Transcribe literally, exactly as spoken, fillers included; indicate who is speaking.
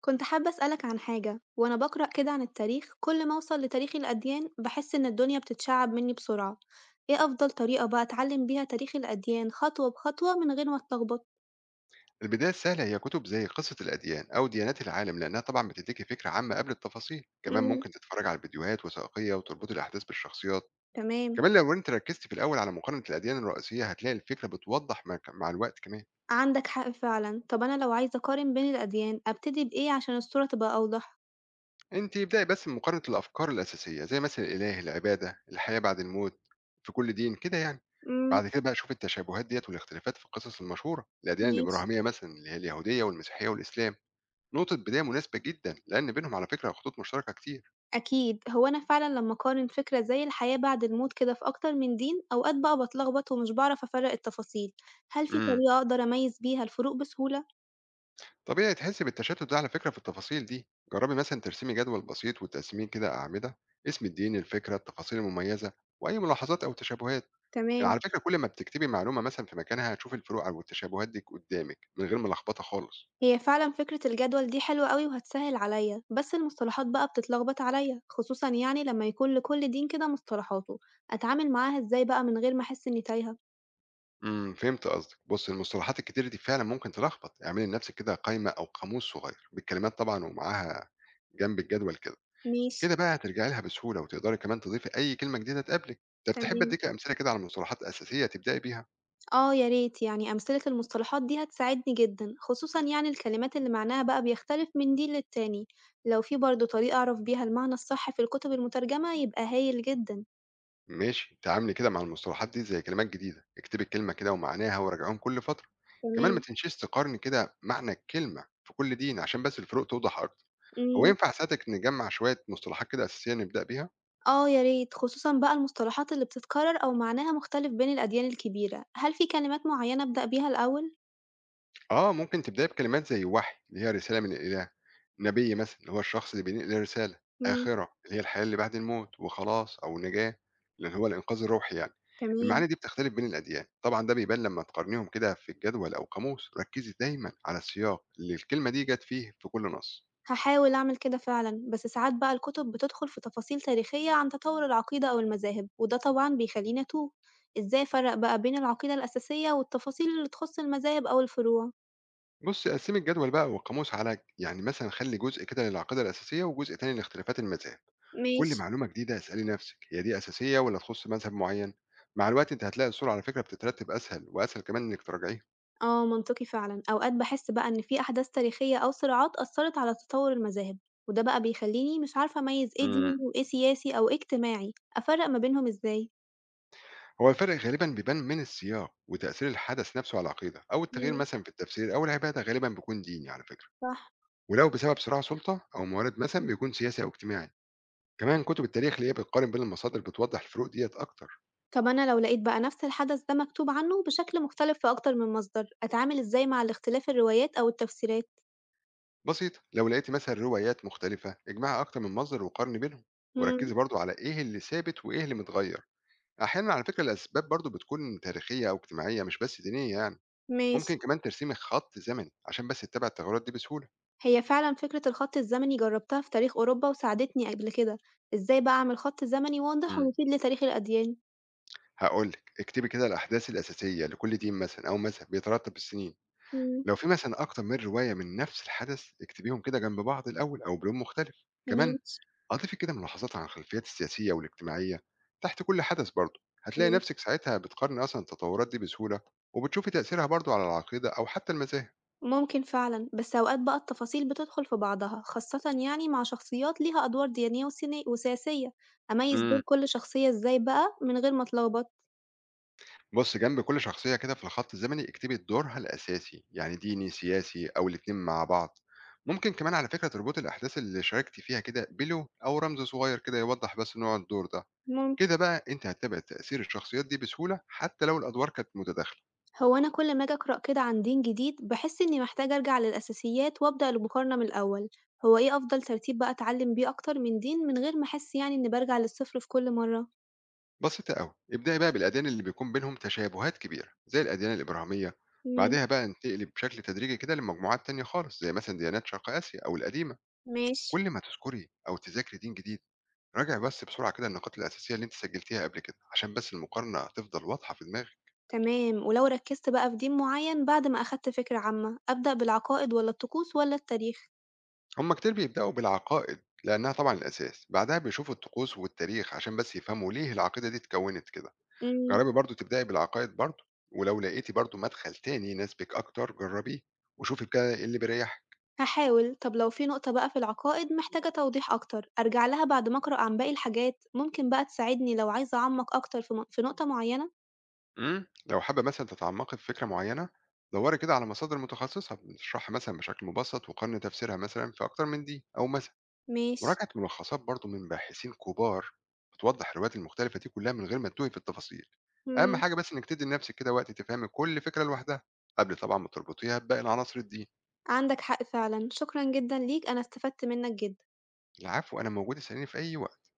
Speaker 1: كنت حابة أسألك عن حاجة، وأنا بقرأ كده عن التاريخ كل ما أوصل لتاريخ الأديان بحس إن الدنيا بتتشعب مني بسرعة. إيه أفضل طريقة بقى أتعلم بيها تاريخ الأديان خطوة بخطوة من غير ما أتلخبط؟
Speaker 2: البداية السهلة هي كتب زي قصة الأديان أو ديانات العالم، لأنها طبعا بتديكي فكرة عامة قبل التفاصيل. كمان
Speaker 1: امم.
Speaker 2: ممكن تتفرج على الفيديوهات وثائقية وتربط الأحداث بالشخصيات.
Speaker 1: تمام.
Speaker 2: كمان لو أنت ركزت في الأول على مقارنة الأديان الرئيسية هتلاقي الفكرة بتوضح مع مع الوقت. كمان
Speaker 1: عندك حق فعلا، طب أنا لو عايزة أقارن بين الأديان أبتدي بإيه عشان الصورة تبقى أوضح؟
Speaker 2: أنت ابدأي بس بمقارنة الأفكار الأساسية زي مثلا الإله، العبادة، الحياة بعد الموت في كل دين كده يعني.
Speaker 1: امم.
Speaker 2: بعد كده بقى شوف التشابهات ديت والاختلافات في القصص المشهورة. الأديان
Speaker 1: ماشي.
Speaker 2: الإبراهيمية مثلا اللي هي اليهودية والمسيحية والإسلام نقطة بداية مناسبة جدا، لأن بينهم على فكرة خطوط مشتركة كتير.
Speaker 1: أكيد، هو أنا فعلا لما أقارن فكرة زي الحياة بعد الموت كده في أكتر من دين أوقات بقى بتلخبط ومش بعرف أفرق التفاصيل. هل في
Speaker 2: مم.
Speaker 1: طريقة أقدر أميز بيها الفروق بسهولة؟
Speaker 2: طبيعي تحس بالتشتت ده. على فكرة في التفاصيل دي جربي مثلا ترسمي جدول بسيط وتقسميه كده أعمدة: اسم الدين، الفكرة، التفاصيل المميزة، وأي ملاحظات أو تشابهات. يعني
Speaker 1: تمام.
Speaker 2: على فكرة كل ما بتكتبي معلومة مثلا في مكانها هتشوفي الفروق أو التشابهات دي قدامك من غير ملخبطة خالص.
Speaker 1: هي فعلا فكرة الجدول دي حلوة أوي وهتسهل عليا، بس المصطلحات بقى بتتلخبط عليا خصوصا يعني لما يكون لكل دين كده مصطلحاته. أتعامل معاها ازاي بقى من غير ما أحس إني تايهة؟
Speaker 2: امم فهمت قصدك. بص المصطلحات الكتير دي فعلا ممكن تلخبط. اعملي لنفسك كده قائمة أو قاموس صغير بالكلمات طبعا ومعاها جنب الجدول كده.
Speaker 1: ماشي.
Speaker 2: كده بقى هترجعي لها بسهولة، وتقدري كمان تضيفي أي كلمة جديدة تقابلك. ده بتحب
Speaker 1: تمام.
Speaker 2: أديك أمثلة كده على مصطلحات أساسية تبدأي بيها؟
Speaker 1: اه، يا ريت، يعني أمثلة المصطلحات دي هتساعدني جدا، خصوصا يعني الكلمات اللي معناها بقى بيختلف من دين للتاني. لو في برضه طريقة أعرف بيها المعنى الصح في الكتب المترجمة يبقى هايل جدا.
Speaker 2: ماشي، تعاملي كده مع المصطلحات دي زي كلمات جديدة. اكتبي الكلمة كده ومعناها وراجعهم كل فترة. كمان ما
Speaker 1: تمام.
Speaker 2: تنسيش تقارني كده معنى الكلمة في كل دين عشان بس الفروق توضح أكتر. هو
Speaker 1: مم.
Speaker 2: ينفع ساعتك نجمع شوية مصطلحات كده أساسية نبدأ بيها؟
Speaker 1: آه يا ريت، خصوصًا بقى المصطلحات اللي بتتكرر أو معناها مختلف بين الأديان الكبيرة، هل في كلمات معيّنة أبدأ بيها الأول؟
Speaker 2: آه، ممكن تبدأي بكلمات زي وحي اللي هي رسالة من الإله، نبي مثلًا اللي هو الشخص اللي بينقل رسالة،
Speaker 1: إمم.
Speaker 2: آخرة اللي هي الحياة اللي بعد الموت، وخلاص أو النجاة اللي هو الإنقاذ الروحي يعني.
Speaker 1: تمام.
Speaker 2: المعاني دي بتختلف بين الأديان، طبعًا ده بيبان لما تقارنيهم كده في الجدول أو قاموس. ركزي دايمًا على السياق اللي الكلمة دي جت فيه في كل نص.
Speaker 1: هاحاول أعمل كده فعلًا، بس ساعات بقى الكتب بتدخل في تفاصيل تاريخية عن تطوّر العقيدة أو المذاهب، وده طبعًا بيخلّيني أتوه. إزاي أفرّق بقى بين العقيدة الأساسية والتفاصيل اللي تخُص المذاهب أو الفروع؟
Speaker 2: بُصي قسمي الجدول بقى والقاموس على يعني مثلًا، خلي جزء كده للعقيدة الأساسية وجزء تاني لاختلافات المذاهب. كل
Speaker 1: ماشي.
Speaker 2: معلومة جديدة اسألي نفسك: هي دي أساسية ولا تخص مذهب معين؟ مع الوقت أنت هتلاقي الصورة على فكرة بتترتب أسهل، وأسهل كمان إنك تراجعيها.
Speaker 1: آه، منطقي فعلًا. أوقات باحس بقى إن في أحداث تاريخية أو صراعات أثّرت على تطوُّر المذاهب، وده بقى بيخلّيني مش عارفة أميّز إيه
Speaker 2: امم
Speaker 1: ديني وإيه سياسي أو إيه اجتماعي. أفرّق ما بينهم إزاي؟
Speaker 2: هو الفرق غالبا بيبان من السياق وتأثير الحدث نفسه على العقيدة. أو التغيير
Speaker 1: إمم.
Speaker 2: مثلا في التفسير أو العبادة غالبا بيكون ديني على فكرة.
Speaker 1: صح.
Speaker 2: ولو بسبب صراع سلطة أو موارد مثلا بيكون سياسي أو اجتماعي. كمان كتب التاريخ اللي هي بتقارن بين المصادر بتوضح الفروق ديت أكتر.
Speaker 1: طب أنا لو لقيت بقى نفس الحدث ده مكتوب عنه بشكل مختلف في أكتر من مصدر، أتعامل إزاي مع الاختلاف الروايات أو التفسيرات؟
Speaker 2: بسيطة، لو لقيتي مثلا روايات مختلفة اجمعي أكتر من مصدر وقارني بينهم.
Speaker 1: إمم.
Speaker 2: وركزي برضو على إيه اللي ثابت وإيه اللي متغير. أحيانًا على فكرة الأسباب برضه بتكون تاريخية أو اجتماعية مش بس دينية يعني.
Speaker 1: ماشي.
Speaker 2: ممكن كمان ترسمي خط زمني عشان بس تتابعي التغيرات دي بسهولة.
Speaker 1: هي فعلًا فكرة الخط الزمني جرّبتها في تاريخ أوروبا وساعدتني قبل كده. إزاي بقى أعمل خط زمني واضح
Speaker 2: إمم،
Speaker 1: ومفيد لتاريخ الأديان؟
Speaker 2: هاقول لِك اكتبي كده الأحداث الأساسية لكل دين مثلًا أو مذهب بيترتب بالسنين.
Speaker 1: إمم.
Speaker 2: لو في مثلًا أكتر من رواية من نفس الحدث اكتبيهم كده جنب بعض الأول أو بلون مختلف. كمان
Speaker 1: ماشي.
Speaker 2: أضيفي كده ملاحظات عن الخلفيات السياسية والاجتماعية تحت كل حدث برضه. هتلاقي نفسِك ساعتها بتقارني أصلًا التطورات دي بسهولة، وبتشوفي تأثيرها برضه على العقيدة أو حتى المذاهب.
Speaker 1: ممكن فعلًا، بس أوقات بقى التفاصيل بتدخل في بعضها، خاصة يعني مع شخصيات ليها أدوار دينية وسني وسياسية. أميز دور
Speaker 2: إمم.
Speaker 1: كل شخصية إزاي بقى من غير ما أتلخبط؟
Speaker 2: بُص، جنب كل شخصية كده في الخط الزمني اكتبي دورها الأساسي، يعني ديني، سياسي أو الاتنين مع بعض. ممكن كمان على فكرة تربطي الأحداث اللي شاركتِ فيها كده بلون أو رمز صغير كده يوضح بس نوع الدور ده.
Speaker 1: ممكن.
Speaker 2: كده بقى أنتِ هتتابعي تأثير الشخصيات دي بسهولة حتى لو الأدوار كانت متداخلة.
Speaker 1: هو أنا كل ما أجي أقرأ كده عن دين جديد باحس إني محتاجة أرجع للأساسيات وأبدأ المقارنة من الأول. هو إيه أفضل ترتيب بقى أتعلم بيه أكتر من دين من غير ما أحس يعني إني بارجع للصفر في كل مرة؟
Speaker 2: بسيطة أوي، ابدئي بقى بالأديان اللي بيكون بينهم تشابهات كبيرة زي الأديان الإبراهيمية.
Speaker 1: إمم.
Speaker 2: بعدها بقى انتقلي بشكل تدريجي كده لمجموعات تانية خالص زي مثلًا ديانات شرق آسيا أو القديمة.
Speaker 1: ماشي.
Speaker 2: كل ما تذكري أو تذاكري دين جديد راجع بس بسرعة كده النقاط الأساسية اللي أنت سجلتيها قبل كده عشان بس المقارنة تفضل واضحة في دماغك.
Speaker 1: تمام. ولو ركزت بقى في دين معين بعد ما أخدت فكرة عامة، أبدأ بالعقائد والّا الطقوس والّا التاريخ؟
Speaker 2: هما كتير بيبدأوا بالعقائد لأنها طبعا الأساس، بعدها بيشوفوا الطقوس والتاريخ عشان بس يفهموا ليه العقيدة دي اتكونت كده.
Speaker 1: إمم.
Speaker 2: جربي برضو تبدأي بالعقائد برضو، ولو لقيتي برضو مدخل تاني يناسبك أكتر جربيه، وشوفي كده إيه اللي بيريحك.
Speaker 1: هاحاول. طب لو في نقطة بقى في العقائد محتاجة توضيح أكتر، أرجع لها بعد ما أقرأ عن باقي الحاجات، ممكن بقى تساعدني لو عايزة أعمق أكتر في م في نقطة معينة؟
Speaker 2: امم لو حابة مثلا تتعمقي في فكرة معينة دوري كده على مصادر متخصصة بتشرحها مثلا بشكل مبسط، وقارني تفسيرها مثلا في أكتر من دي. أو مثلا
Speaker 1: ماشي.
Speaker 2: مراجعة ملخصات برضه من باحثين كبار بتوضح الروايات المختلفة دي كلها من غير ما تتوهي في التفاصيل. أهم
Speaker 1: إمم.
Speaker 2: حاجة بس إنك تدي لنفسك كده وقت تفهم كل فكرة لوحدها قبل طبعا ما تربطيها بباقي العناصر الدين.
Speaker 1: عندك حق فعلًا، شكرًا جدًا ليك، أنا استفدت منك جدًا.
Speaker 2: العفو، أنا موجود، اسأليني في أي وقت.